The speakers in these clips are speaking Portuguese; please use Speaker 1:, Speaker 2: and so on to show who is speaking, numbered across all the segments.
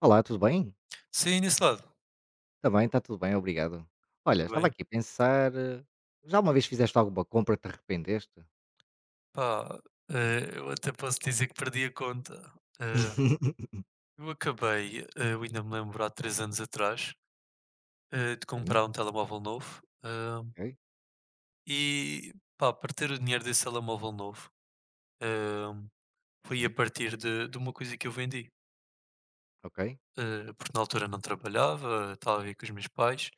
Speaker 1: Olá, tudo bem?
Speaker 2: Sim, nesse lado.
Speaker 1: Também, está tudo bem, obrigado. Olha,
Speaker 2: E
Speaker 1: estava
Speaker 2: bem,
Speaker 1: aqui a pensar, já uma vez fizeste alguma compra que te arrependeste?
Speaker 2: pá, eu até posso dizer que perdi a conta. Eh, eu acabei, eu ainda me lembro há 3 anos atrás, de
Speaker 1: Sim,
Speaker 2: comprar um telemóvel novo,
Speaker 1: ok,
Speaker 2: e pá, para ter o dinheiro desse telemóvel novo, eh, foi a
Speaker 1: sim,
Speaker 2: partir de uma coisa que eu vendi.
Speaker 1: ok,
Speaker 2: Porque na altura não trabalhava, estava a com os meus pais,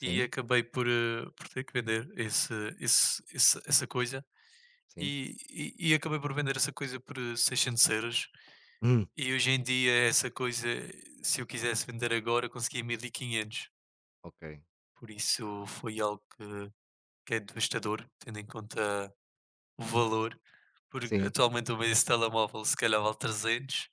Speaker 2: e acabei por, por ter que vender esse esse esse essa coisa.
Speaker 1: sim,
Speaker 2: E acabei por vender essa coisa por, 600€.
Speaker 1: hum,
Speaker 2: E hoje em dia essa coisa, se eu quisesse vender agora, conseguia 1500.
Speaker 1: ok,
Speaker 2: Por isso foi algo que é devastador, tendo em conta o valor, porque
Speaker 1: sim.
Speaker 2: atualmente o esse telemóvel se calhar vale 300,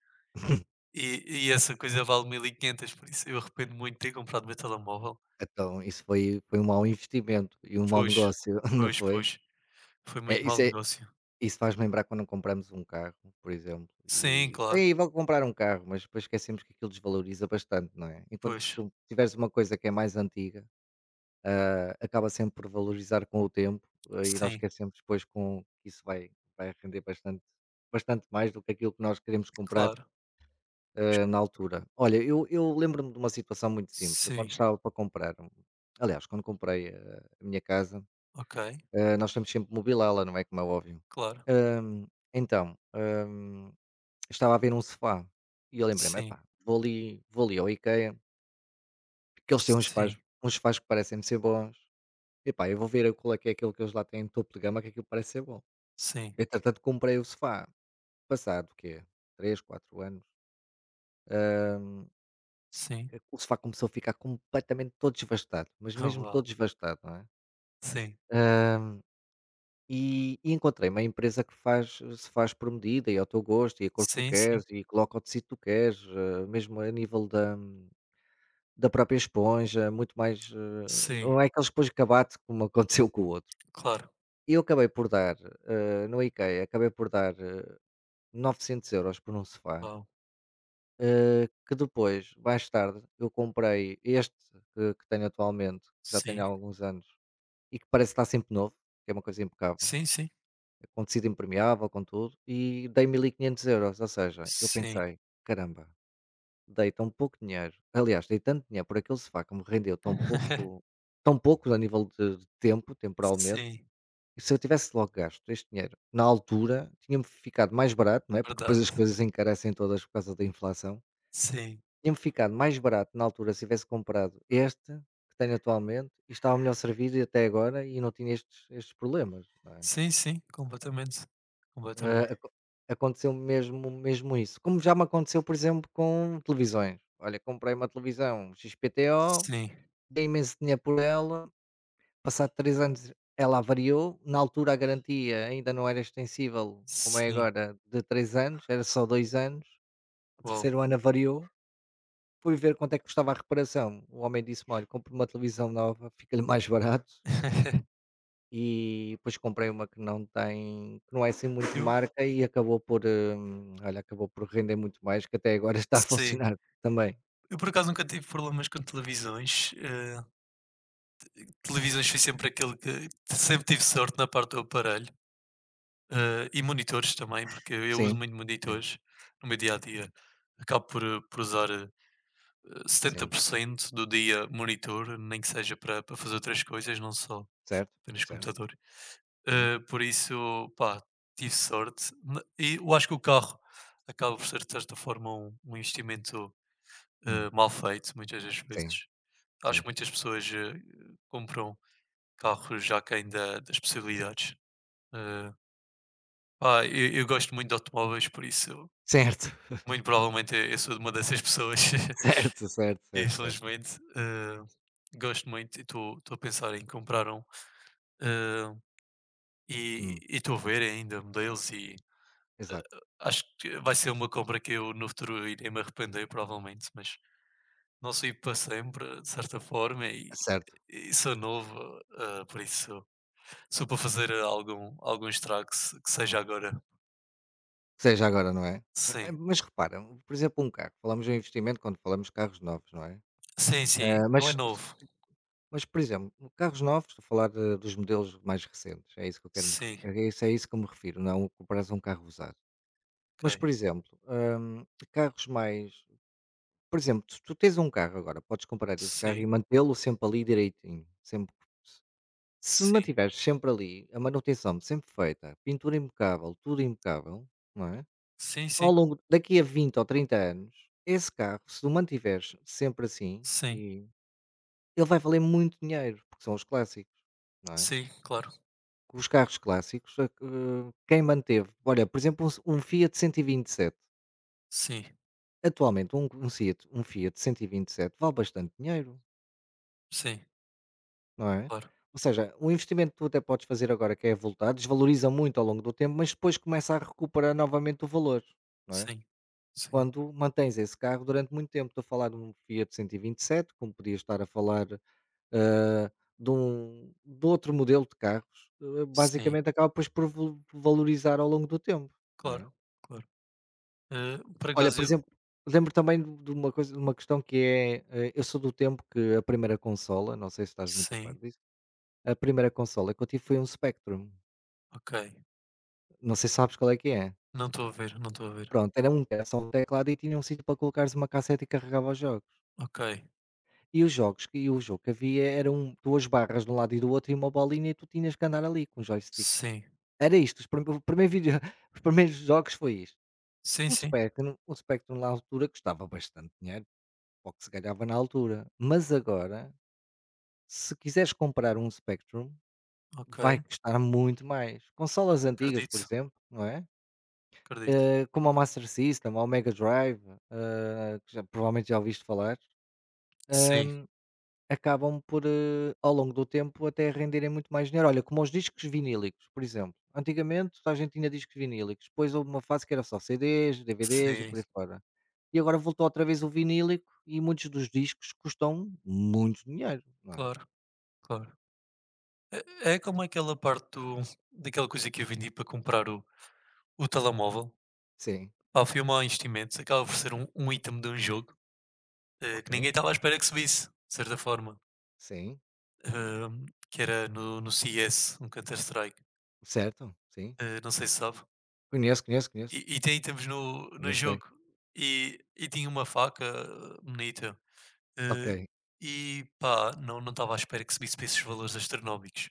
Speaker 2: e essa coisa vale 1500, por isso eu arrependo muito de ter comprado o meu telemóvel.
Speaker 1: Então isso foi um mau investimento e um mau
Speaker 2: Pois,
Speaker 1: negócio, não
Speaker 2: pois,
Speaker 1: foi?
Speaker 2: pois, foi
Speaker 1: É,
Speaker 2: muito mau negócio.
Speaker 1: isso faz lembrar quando compramos um carro, por exemplo,
Speaker 2: Sim,
Speaker 1: e:
Speaker 2: claro,
Speaker 1: "Ai, vou comprar um carro", mas depois esquecemos que aquilo desvaloriza bastante, não é? Enquanto se
Speaker 2: pois,
Speaker 1: com tiveres uma coisa que é mais antiga acaba sempre por valorizar com o tempo, e nós
Speaker 2: sim,
Speaker 1: esquecemos depois com que isso vai, vai render bastante, bastante mais do que aquilo que nós queremos comprar
Speaker 2: claro,
Speaker 1: na altura. Olha, eu lembro-me de uma situação muito simples. Eu quando
Speaker 2: sim,
Speaker 1: estava para comprar, aliás, quando comprei a minha casa,
Speaker 2: ok.
Speaker 1: nós temos sempre mobilá-la, não é como é óbvio.
Speaker 2: Claro.
Speaker 1: Hum, então, hum, estava a ver um sofá e eu lembrei-me,
Speaker 2: Sim,
Speaker 1: epá, vou ali ao IKEA, porque eles têm
Speaker 2: sim,
Speaker 1: uns sofás que parecem ser bons. Epá, eu vou ver qual é que é aquele que eles lá têm topo de gama, que aquilo parece ser bom.
Speaker 2: sim,
Speaker 1: Entretanto, comprei o sofá. Passado o quê? 3, 4 anos.
Speaker 2: sim.
Speaker 1: eh, O sofá começou a ficar completamente todo desvastado. Mas
Speaker 2: Ah,
Speaker 1: mesmo
Speaker 2: uau.
Speaker 1: todo desvastado, não é?
Speaker 2: Sim,
Speaker 1: Ah, e encontrei uma empresa que faz, se faz por medida e ao teu gosto e a cor que tu
Speaker 2: sim, sim,
Speaker 1: queres e coloca o tecido que tu queres, mesmo a nível da, da própria esponja, muito mais. eh,
Speaker 2: sim,
Speaker 1: Não é aqueles depois de cabate como aconteceu com o outro.
Speaker 2: claro.
Speaker 1: E eu acabei por dar, no IKEA, acabei por dar 900 € por um sofá,
Speaker 2: Uau.
Speaker 1: que depois, mais tarde, eu comprei este que tenho atualmente, que já tenho
Speaker 2: Sim,
Speaker 1: há alguns anos e que parece estar sempre novo, que é uma coisa impecável,
Speaker 2: sim, sim,
Speaker 1: é com tecido impermeável, com tudo, e dei mil e quinhentos euros. Ou seja, eu
Speaker 2: sim.
Speaker 1: pensei: "Caramba, dei tão pouco dinheiro". Aliás, dei tanto dinheiro por aquele sofá que me rendeu tão pouco a nível de tempo, temporalmente,
Speaker 2: Sim,
Speaker 1: e se eu tivesse logo gasto este dinheiro na altura, tinha-me ficado mais barato, não é, porque
Speaker 2: verdade.
Speaker 1: depois as coisas encarecem todas por causa da inflação.
Speaker 2: Sim,
Speaker 1: Tinha-me ficado mais barato na altura se tivesse comprado este que tenho atualmente e estava melhor servido e até agora e não tinha estes problemas, não é?
Speaker 2: sim, sim, completamente,
Speaker 1: Hã,
Speaker 2: completamente.
Speaker 1: aco aconteceu mesmo isso. Como já me aconteceu, por exemplo, com televisões. Olha, comprei uma televisão XPTO,
Speaker 2: Sim,
Speaker 1: dei imenso dinheiro por ela. Passado 3 anos ela avariou, na altura a garantia ainda não era extensível como é
Speaker 2: sim,
Speaker 1: agora de 3 anos, era só 2 anos, o
Speaker 2: uau.
Speaker 1: terceiro ano avariou, fui ver quanto é que custava a reparação, o homem disse-me: "Olha, compre uma televisão nova, fica-lhe mais barato", e depois comprei uma que não tem que não é assim muito
Speaker 2: Eu
Speaker 1: marca e acabou por, olha, acabou por render muito mais, que até agora está a
Speaker 2: sim.
Speaker 1: funcionar também.
Speaker 2: Eu por acaso nunca tive problemas com televisões. Televisões, fui sempre aquele que sempre tive sorte na parte do aparelho. E monitores também, porque eu uso
Speaker 1: Sim,
Speaker 2: muito
Speaker 1: sim,
Speaker 2: monitores no meu dia a dia. Acabo por, por usar setenta
Speaker 1: sim.
Speaker 2: por cento do dia monitor, nem que seja para fazer outras coisas, não só
Speaker 1: Certo,
Speaker 2: apenas
Speaker 1: certo,
Speaker 2: computador.
Speaker 1: sim,
Speaker 2: Por isso, pá, tive sorte. E eu acho que o carro acaba por ser, de certa forma, um investimento
Speaker 1: hum,
Speaker 2: mal feito, muitas das
Speaker 1: sim,
Speaker 2: vezes. Acho
Speaker 1: sim.
Speaker 2: que muitas pessoas compram carros já aquém das possibilidades. Eh, Pá, eu gosto muito de automóveis, por isso
Speaker 1: Certo.
Speaker 2: muito provavelmente eu sou de uma dessas pessoas,
Speaker 1: Certo, certo, certo, certo.
Speaker 2: infelizmente. Gosto muito e estou a pensar em comprar um. Eh, e
Speaker 1: Hum,
Speaker 2: e estou a ver ainda modelos, eh,
Speaker 1: exato.
Speaker 2: acho que vai ser uma compra que eu no futuro irei me arrepender, provavelmente, mas não sei para sempre, de certa forma, e,
Speaker 1: Certo.
Speaker 2: e sou novo, por isso sou para fazer algum estrago que se- que seja agora.
Speaker 1: Seja agora, não é?
Speaker 2: Sim,
Speaker 1: Mas repara, por exemplo, um carro, falamos em investimento quando falamos de carros novos, não é?
Speaker 2: sim, sim,
Speaker 1: Ah,
Speaker 2: não é novo.
Speaker 1: mas, por exemplo, carros novos, estou a falar de dos modelos mais recentes, é isso que eu quero me refe
Speaker 2: Sim,
Speaker 1: é isso que eu me refiro, não comparares um carro usado. Mas,
Speaker 2: ok.
Speaker 1: por exemplo, carros mais por exemplo, se tu tens um carro agora, podes comprar esse carro e
Speaker 2: Sim,
Speaker 1: mantê-lo sempre ali direitinho, sempre. Se
Speaker 2: sim,
Speaker 1: mantiveres sempre ali, a manutenção sempre feita, pintura impecável, tudo impecável, não é?
Speaker 2: sim,
Speaker 1: Ao
Speaker 2: sim.
Speaker 1: longo daqui a 20 ou 30 anos, esse carro, se tu mantiveres sempre assim,
Speaker 2: Sim,
Speaker 1: e ele vai valer muito dinheiro, porque são os clássicos, não é?
Speaker 2: sim, claro.
Speaker 1: Os carros clássicos, quem manteve, olha, por exemplo, um Fiat 127,
Speaker 2: Sim,
Speaker 1: atualmente um Fiat 127 vale bastante dinheiro.
Speaker 2: sim,
Speaker 1: Não é?
Speaker 2: claro.
Speaker 1: Ou seja, o investimento que tu até podes fazer agora que é voltado desvaloriza muito ao longo do tempo, mas depois começa a recuperar novamente o valor, não é?
Speaker 2: Sim, sim,
Speaker 1: Quando mantens esse carro durante muito tempo. Estou a falar de um Fiat cento e vinte e sete, como podia estar a falar ah, de outro modelo de carros,
Speaker 2: sim,
Speaker 1: basicamente acaba depois por valorizar ao longo do tempo, não é?
Speaker 2: claro, claro. Por
Speaker 1: Olha,
Speaker 2: acaso
Speaker 1: por
Speaker 2: eu
Speaker 1: exemplo, lembro também de uma, coisa, de uma questão que é, eu sou do tempo que a primeira consola, não sei se estás muito a par
Speaker 2: sim,
Speaker 1: disso. A primeira consola que eu tive foi um Spectrum,
Speaker 2: ok.
Speaker 1: não sei se sabes qual é que é.
Speaker 2: Não estou a ver, não estou a ver.
Speaker 1: Pronto, era só um teclado e tinha um sítio para colocares uma cassete e carregava os jogos.
Speaker 2: Ok,
Speaker 1: E os jogos que o jogo que havia eram 2 barras de um lado e do outro e uma bolinha e tu tinhas que andar ali com o joystick.
Speaker 2: sim,
Speaker 1: Era isto, os prime o primeiro vídeo os primeiros jogos foi isto.
Speaker 2: sim, sim,
Speaker 1: O Spectrum na altura custava bastante dinheiro, ao que se ganhava na altura, mas agora, se quiseres comprar um Spectrum,
Speaker 2: ok.
Speaker 1: vai custar muito mais. Consolas antigas, por
Speaker 2: Acredito,
Speaker 1: exemplo, não é?
Speaker 2: acredito.
Speaker 1: Como ao Master System, ao Mega Drive, que já, provavelmente já ouviste falar, eh,
Speaker 2: Sim,
Speaker 1: acabam por, ao longo do tempo, até renderem muito mais dinheiro. Olha, como os discos vinílicos, por exemplo. Antigamente a gente tinha discos vinílicos, depois houve uma fase que era só CDs, DVDs e
Speaker 2: sim,
Speaker 1: por aí fora. E agora voltou outra vez o vinílico e muitos dos discos custam muito dinheiro, não é?
Speaker 2: claro, claro. É, é como aquela parte daquela coisa que eu vendi para comprar o telemóvel.
Speaker 1: Sim,
Speaker 2: Pá, foi um mau investimento. Acaba por ser um item de um jogo,
Speaker 1: ok,
Speaker 2: que ninguém estava à espera que subisse, de certa forma.
Speaker 1: sim,
Speaker 2: Que era no CS, no Counter-Strike,
Speaker 1: certo, sim.
Speaker 2: não sei se sabe.
Speaker 1: Conheço, conheço, conheço.
Speaker 2: E tem itens no
Speaker 1: Também joguei.
Speaker 2: jogo. E tinha uma faca bonita. eh,
Speaker 1: Ok.
Speaker 2: e pá, não estava à espera que subisse para esses valores astronómicos.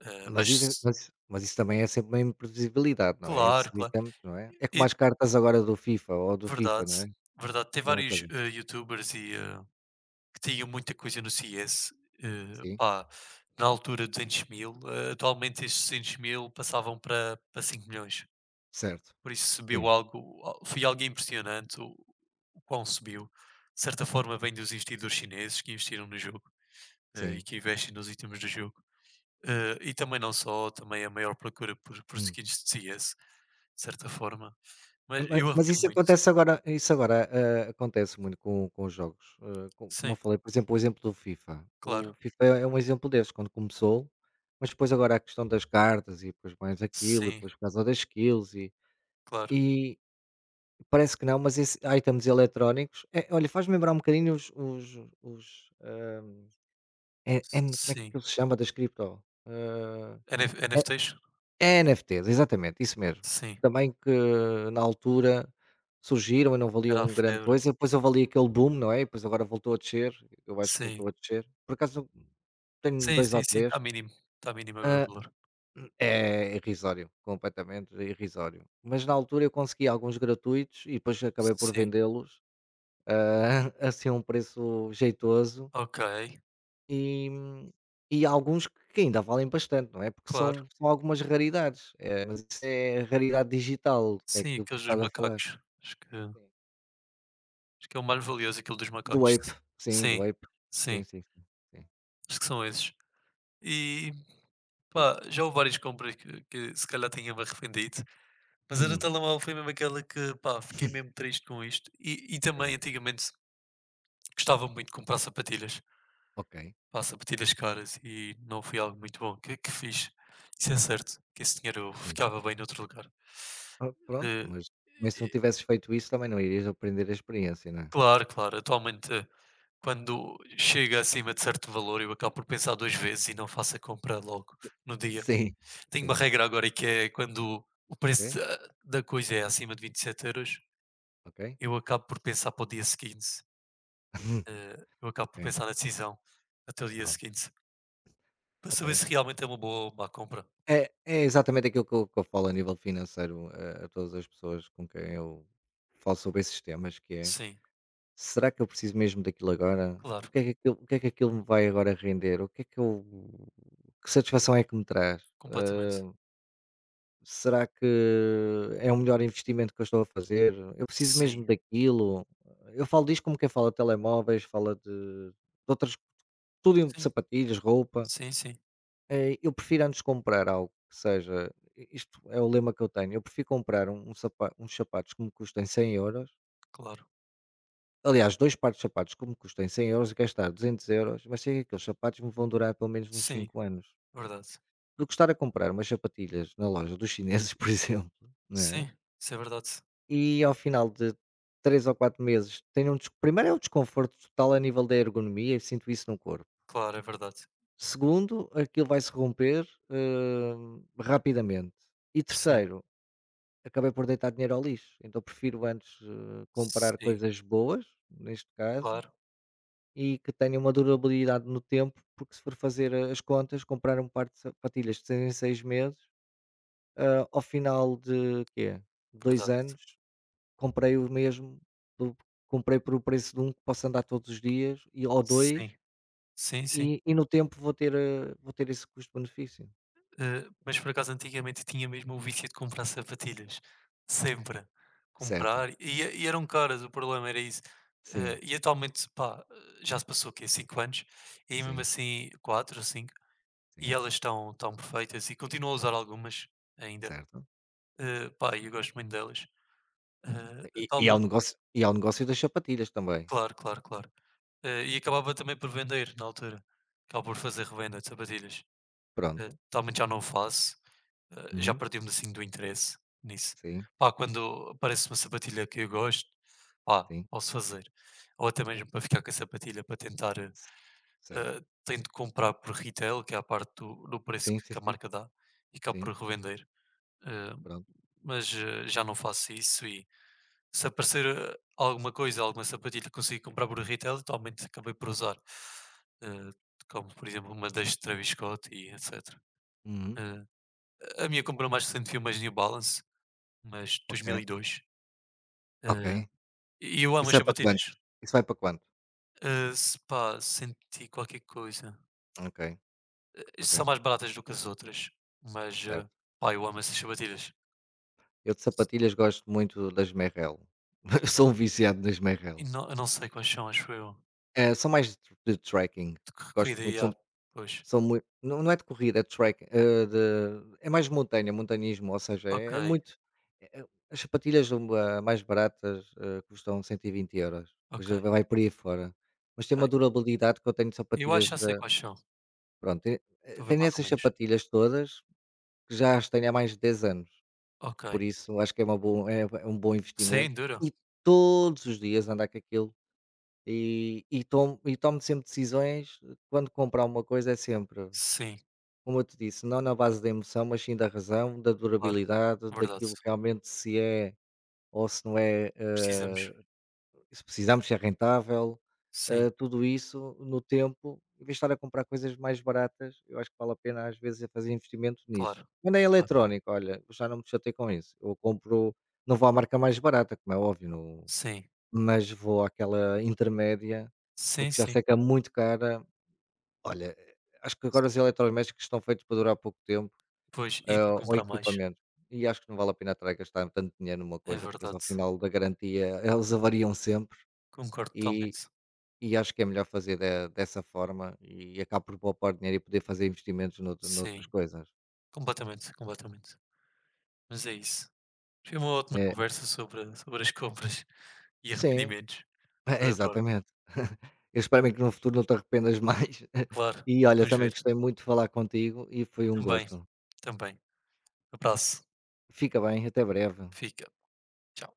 Speaker 1: Mas
Speaker 2: Mas
Speaker 1: isso é, mas isso também é sempre uma imprevisibilidade, não é? Esses
Speaker 2: claro, claro.
Speaker 1: itens, não é? É como
Speaker 2: E,
Speaker 1: as cartas agora do FIFA ou do FIFA,
Speaker 2: verdade,
Speaker 1: não é?
Speaker 2: verdade. Tem
Speaker 1: Mesma
Speaker 2: vários
Speaker 1: coisa.
Speaker 2: youtubers que tinham muita coisa no CS.
Speaker 1: Sim,
Speaker 2: Pá, na altura 200 mil, atualmente esses 200 mil passavam para 5 milhões.
Speaker 1: certo.
Speaker 2: Por isso subiu
Speaker 1: Sim,
Speaker 2: algo, al foi algo impressionante o quão subiu. De certa forma vem dos investidores chineses que investiram no jogo, e
Speaker 1: sim.
Speaker 2: que investem nos itens do jogo. E também não só, também a maior procura por
Speaker 1: Hum.
Speaker 2: skins de CS, de certa forma.
Speaker 1: Eh,
Speaker 2: Mas
Speaker 1: ma
Speaker 2: eu
Speaker 1: mas
Speaker 2: arrependo
Speaker 1: isso
Speaker 2: muito.
Speaker 1: acontece agora acontece muito com os jogos, hã, co como eu
Speaker 2: Sim,
Speaker 1: falei, por exemplo, o exemplo do FIFA. O
Speaker 2: claro.
Speaker 1: FIFA é um exemplo desse, quando começou, mas depois agora a questão das cartas e depois mais aquilo e
Speaker 2: Sim,
Speaker 1: depois por causa das skills e
Speaker 2: claro.
Speaker 1: parece que não, mas esse items eletrónicos, olha, faz-me lembrar um bocadinho os, hã, é é como é que
Speaker 2: Sim.
Speaker 1: aquilo se chama das cripto?
Speaker 2: NF NFTs?
Speaker 1: É NFTs, exatamente, isso mesmo.
Speaker 2: Sim.
Speaker 1: Também que na altura surgiram e não valiam
Speaker 2: Era a
Speaker 1: um grande
Speaker 2: febre.
Speaker 1: coisa, depois houve ali aquele boom, não é, e depois agora voltou a descer, eu acho que voltou
Speaker 2: Sim.
Speaker 1: a descer. Por acaso tenho
Speaker 2: Sim,
Speaker 1: 2 ou
Speaker 2: sim, sim,
Speaker 1: 3.
Speaker 2: está mínimo agora o
Speaker 1: Hã,
Speaker 2: valor.
Speaker 1: é irrisório, completamente irrisório. Mas na altura eu consegui alguns gratuitos e depois acabei por
Speaker 2: Sim.
Speaker 1: vendê-los ah, assim a um preço jeitoso
Speaker 2: Ok,
Speaker 1: e, e há alguns que ainda valem bastante, não é? Porque são,
Speaker 2: claro.
Speaker 1: são algumas raridades, mas isso é raridade digital, é
Speaker 2: Sim,
Speaker 1: aquilo que
Speaker 2: aqueles dos
Speaker 1: estás a falar.
Speaker 2: macacos. Acho que
Speaker 1: Sim.
Speaker 2: Acho que é o mais valioso aquilo dos
Speaker 1: Do
Speaker 2: macacos.
Speaker 1: Ape, sim, do
Speaker 2: Sim,
Speaker 1: Ape. Sim,
Speaker 2: sim,
Speaker 1: sim, sim. Sim.
Speaker 2: acho que são esses. E
Speaker 1: Diz.
Speaker 2: pá, já houve várias compras que se calhar tinha-me arrependido, mas a do
Speaker 1: Hum.
Speaker 2: telemóvel foi mesmo aquela que pá, fiquei mesmo triste com isto. E também
Speaker 1: Sim,
Speaker 2: antigamente gostava muito de comprar sapatilhas,
Speaker 1: ok,
Speaker 2: pá, sapatilhas caras e não foi algo muito bom que fiz. Isso é certo, que esse dinheiro
Speaker 1: sim.
Speaker 2: ficava bem noutro lugar.
Speaker 1: Ah, pronto,
Speaker 2: Eh,
Speaker 1: mas se não tivesses feito isso também não irias aprender a experiência, não é?
Speaker 2: Claro, claro. Atualmente, quando chega acima de certo valor, eu acabo por pensar duas vezes e não faço a compra logo no dia.
Speaker 1: Sim,
Speaker 2: Tenho uma
Speaker 1: sim,
Speaker 2: regra agora e que é quando o
Speaker 1: ok,
Speaker 2: preço da coisa é acima de 27 euros,
Speaker 1: ok,
Speaker 2: eu acabo por pensar para o dia seguinte. Eu acabo por
Speaker 1: ok,
Speaker 2: pensar na decisão até o dia
Speaker 1: pronto,
Speaker 2: seguinte para saber
Speaker 1: ok.
Speaker 2: se realmente é uma boa ou má compra.
Speaker 1: É, é exatamente aquilo que que eu falo a nível financeiro a todas as pessoas com quem eu falo sobre esses temas, que é
Speaker 2: Sim,
Speaker 1: será que eu preciso mesmo daquilo agora?
Speaker 2: claro,
Speaker 1: O que é que aquilo me vai agora render? O que é que eu que satisfação é que me traz?
Speaker 2: completamente.
Speaker 1: Eh, será que é o melhor investimento que eu estou a fazer? Eu preciso mesmo
Speaker 2: Sim,
Speaker 1: daquilo? Eu falo disto como quem fala de telemóveis, fala de outras, tudo em
Speaker 2: sim,
Speaker 1: sapatilhas, roupa.
Speaker 2: sim, sim,
Speaker 1: Eu prefiro antes comprar algo que seja i isto é o lema que eu tenho, eu prefiro comprar um sapa uns sapatos que me custem 100€.
Speaker 2: claro.
Speaker 1: Aliás, 2 pares de sapatos que me custem 100 € e gastar 200€, mas sei que aqueles sapatos me vão durar pelo menos uns
Speaker 2: Sim,
Speaker 1: 5 anos,
Speaker 2: verdade.
Speaker 1: do que estar a comprar umas sapatilhas na loja dos chineses, por exemplo, não é?
Speaker 2: Sim, isso é verdade.
Speaker 1: E ao final de 3 ou 4 meses tenho um des primeiro é o desconforto total a nível da ergonomia, eu sinto isso no corpo.
Speaker 2: Claro, é verdade.
Speaker 1: Segundo, º aquilo vai se romper, rapidamente. E
Speaker 2: Sim.
Speaker 1: terceiro, acabei por deitar dinheiro ao lixo, então prefiro antes, comprar
Speaker 2: Sim,
Speaker 1: coisas boas, neste caso,
Speaker 2: claro,
Speaker 1: e que tenham uma durabilidade no tempo, porque se for fazer as contas, comprar um par de sapatilhas de 6 em 6 meses, ao final de quê? dois
Speaker 2: verdade.
Speaker 1: anos, comprei o mesmo, do comprei por o preço de um que posso andar todos os dias e ou dois,
Speaker 2: Sim, sim, sim.
Speaker 1: e no tempo vou ter, vou ter esse custo-benefício.
Speaker 2: Mas por acaso antigamente tinha mesmo o vício de comprar sapatilhas, sempre.
Speaker 1: Certo,
Speaker 2: Comprar, e eram caras, o problema era isso.
Speaker 1: sim,
Speaker 2: E atualmente, pá, já se passou o quê? 5 anos, e mesmo
Speaker 1: sim,
Speaker 2: assim 4 ou 5, e
Speaker 1: sim,
Speaker 2: elas estão tão perfeitas, e continuo a usar algumas ainda.
Speaker 1: certo.
Speaker 2: Pá, e eu gosto muito delas.
Speaker 1: E
Speaker 2: Atualmente,
Speaker 1: e ao negócio das sapatilhas também.
Speaker 2: claro, claro, claro. E acabava também por vender na altura, acabava por fazer revenda de sapatilhas.
Speaker 1: Pronto.
Speaker 2: Totalmente já não o faço. Já
Speaker 1: Uhum.
Speaker 2: perdi-me assim do interesse nisso.
Speaker 1: Sim,
Speaker 2: Pá, quando aparece uma sapatilha que eu gosto, pá,
Speaker 1: sim.
Speaker 2: posso fazer. Ou até mesmo para ficar com a sapatilha para tentar,
Speaker 1: S certo.
Speaker 2: tento comprar por retail, que é a parte do preço
Speaker 1: Sim,
Speaker 2: que,
Speaker 1: sim,
Speaker 2: que a
Speaker 1: sim.
Speaker 2: marca dá, e cá por
Speaker 1: Sim,
Speaker 2: revender. Eh,
Speaker 1: pronto.
Speaker 2: mas já não faço isso, e se aparecer alguma coisa, alguma sapatilha que consigo comprar por
Speaker 1: Uhum.
Speaker 2: retail, totalmente acabei por usar. Eh, como por exemplo uma das Travis Scott e etc.
Speaker 1: Uhum.
Speaker 2: A minha comprou o mais recente foi umas New Balance, mas
Speaker 1: Ok,
Speaker 2: 2002. Ah, e
Speaker 1: ok.
Speaker 2: dois. E eu amo
Speaker 1: Isso
Speaker 2: as
Speaker 1: é para
Speaker 2: sapatilhas.
Speaker 1: quanto? Isso vai para quanto?
Speaker 2: Ah, se pá, senti qualquer coisa.
Speaker 1: Ok, ok,
Speaker 2: São mais baratas do que as outras, mas
Speaker 1: certo.
Speaker 2: ah, pá, eu amo essas sapatilhas.
Speaker 1: Eu de sapatilhas gosto muito das Merrell. Sou um viciado nas
Speaker 2: E
Speaker 1: Merrell.
Speaker 2: não, eu não sei quais são, acho eu.
Speaker 1: São mais de trekking.
Speaker 2: De que
Speaker 1: Gosto
Speaker 2: corrida
Speaker 1: muito.
Speaker 2: e há, pois.
Speaker 1: São muito não não é de corrida, é de track, eh, de é mais montanha, montanhismo, ou seja,
Speaker 2: Ok,
Speaker 1: é é muito as sapatilhas um a mais baratas, custam 120€, depois
Speaker 2: ok,
Speaker 1: já vai por aí fora. Mas tem uma
Speaker 2: ok.
Speaker 1: durabilidade que eu tenho de
Speaker 2: Eu acho que
Speaker 1: sapatilhas
Speaker 2: já sei
Speaker 1: da
Speaker 2: quais são.
Speaker 1: pronto,
Speaker 2: Estou a ver
Speaker 1: tenho
Speaker 2: mais ou
Speaker 1: essas
Speaker 2: menos.
Speaker 1: sapatilhas todas, que já as tenho há mais de 10 anos, por
Speaker 2: Ok.
Speaker 1: isso acho que é uma bom é um bom
Speaker 2: Sem
Speaker 1: investimento,
Speaker 2: Enduro?
Speaker 1: e todos os dias andar com aquilo, e e tomo sempre decisões, quando comprar uma coisa é sempre
Speaker 2: Sim,
Speaker 1: como eu te disse, não na base da emoção, mas sim da razão, da
Speaker 2: claro.
Speaker 1: durabilidade,
Speaker 2: Verdade.
Speaker 1: daquilo que realmente se é ou se não é,
Speaker 2: Precisamos.
Speaker 1: se precisamos, se é rentável,
Speaker 2: Sim,
Speaker 1: tudo isso no tempo, em vez de estar a comprar coisas mais baratas, eu acho que vale a pena às vezes é fazer investimento nisso.
Speaker 2: claro.
Speaker 1: Quando é
Speaker 2: Claro.
Speaker 1: eletrónico, olha, eu já não me chatei com isso. Eu compro, não vou à marca mais barata, como é óbvio,
Speaker 2: Sim,
Speaker 1: mas vou àquela intermédia,
Speaker 2: sim,
Speaker 1: porque já
Speaker 2: sim.
Speaker 1: sei que é muito cara. Olha, acho que agora os eletrodomésticos estão feitos para durar pouco tempo
Speaker 2: Pois, e de
Speaker 1: ou
Speaker 2: comprar mais.
Speaker 1: equipamentos. E acho que não vale a pena estar a gastar tanto dinheiro numa
Speaker 2: É
Speaker 1: coisa que depois ao
Speaker 2: verdade.
Speaker 1: final da garantia eles avariam sempre
Speaker 2: Concordo
Speaker 1: e,
Speaker 2: totalmente.
Speaker 1: e acho que é melhor fazer dessa forma e acabo por poupar dinheiro e poder fazer investimentos noutras
Speaker 2: Sim,
Speaker 1: coisas.
Speaker 2: completamente, completamente. Mas é isso. Foi uma ótima
Speaker 1: É,
Speaker 2: conversa sobre as compras e
Speaker 1: sim,
Speaker 2: arrependimentos. De toda forma.
Speaker 1: exatamente. Eu espero bem que no futuro não te arrependas mais.
Speaker 2: Claro,
Speaker 1: E olha,
Speaker 2: vamos
Speaker 1: também
Speaker 2: ver.
Speaker 1: gostei muito de falar contigo e foi um
Speaker 2: Também,
Speaker 1: gosto.
Speaker 2: também. Abraço.
Speaker 1: Fica bem, até breve.
Speaker 2: Fica. Tchau.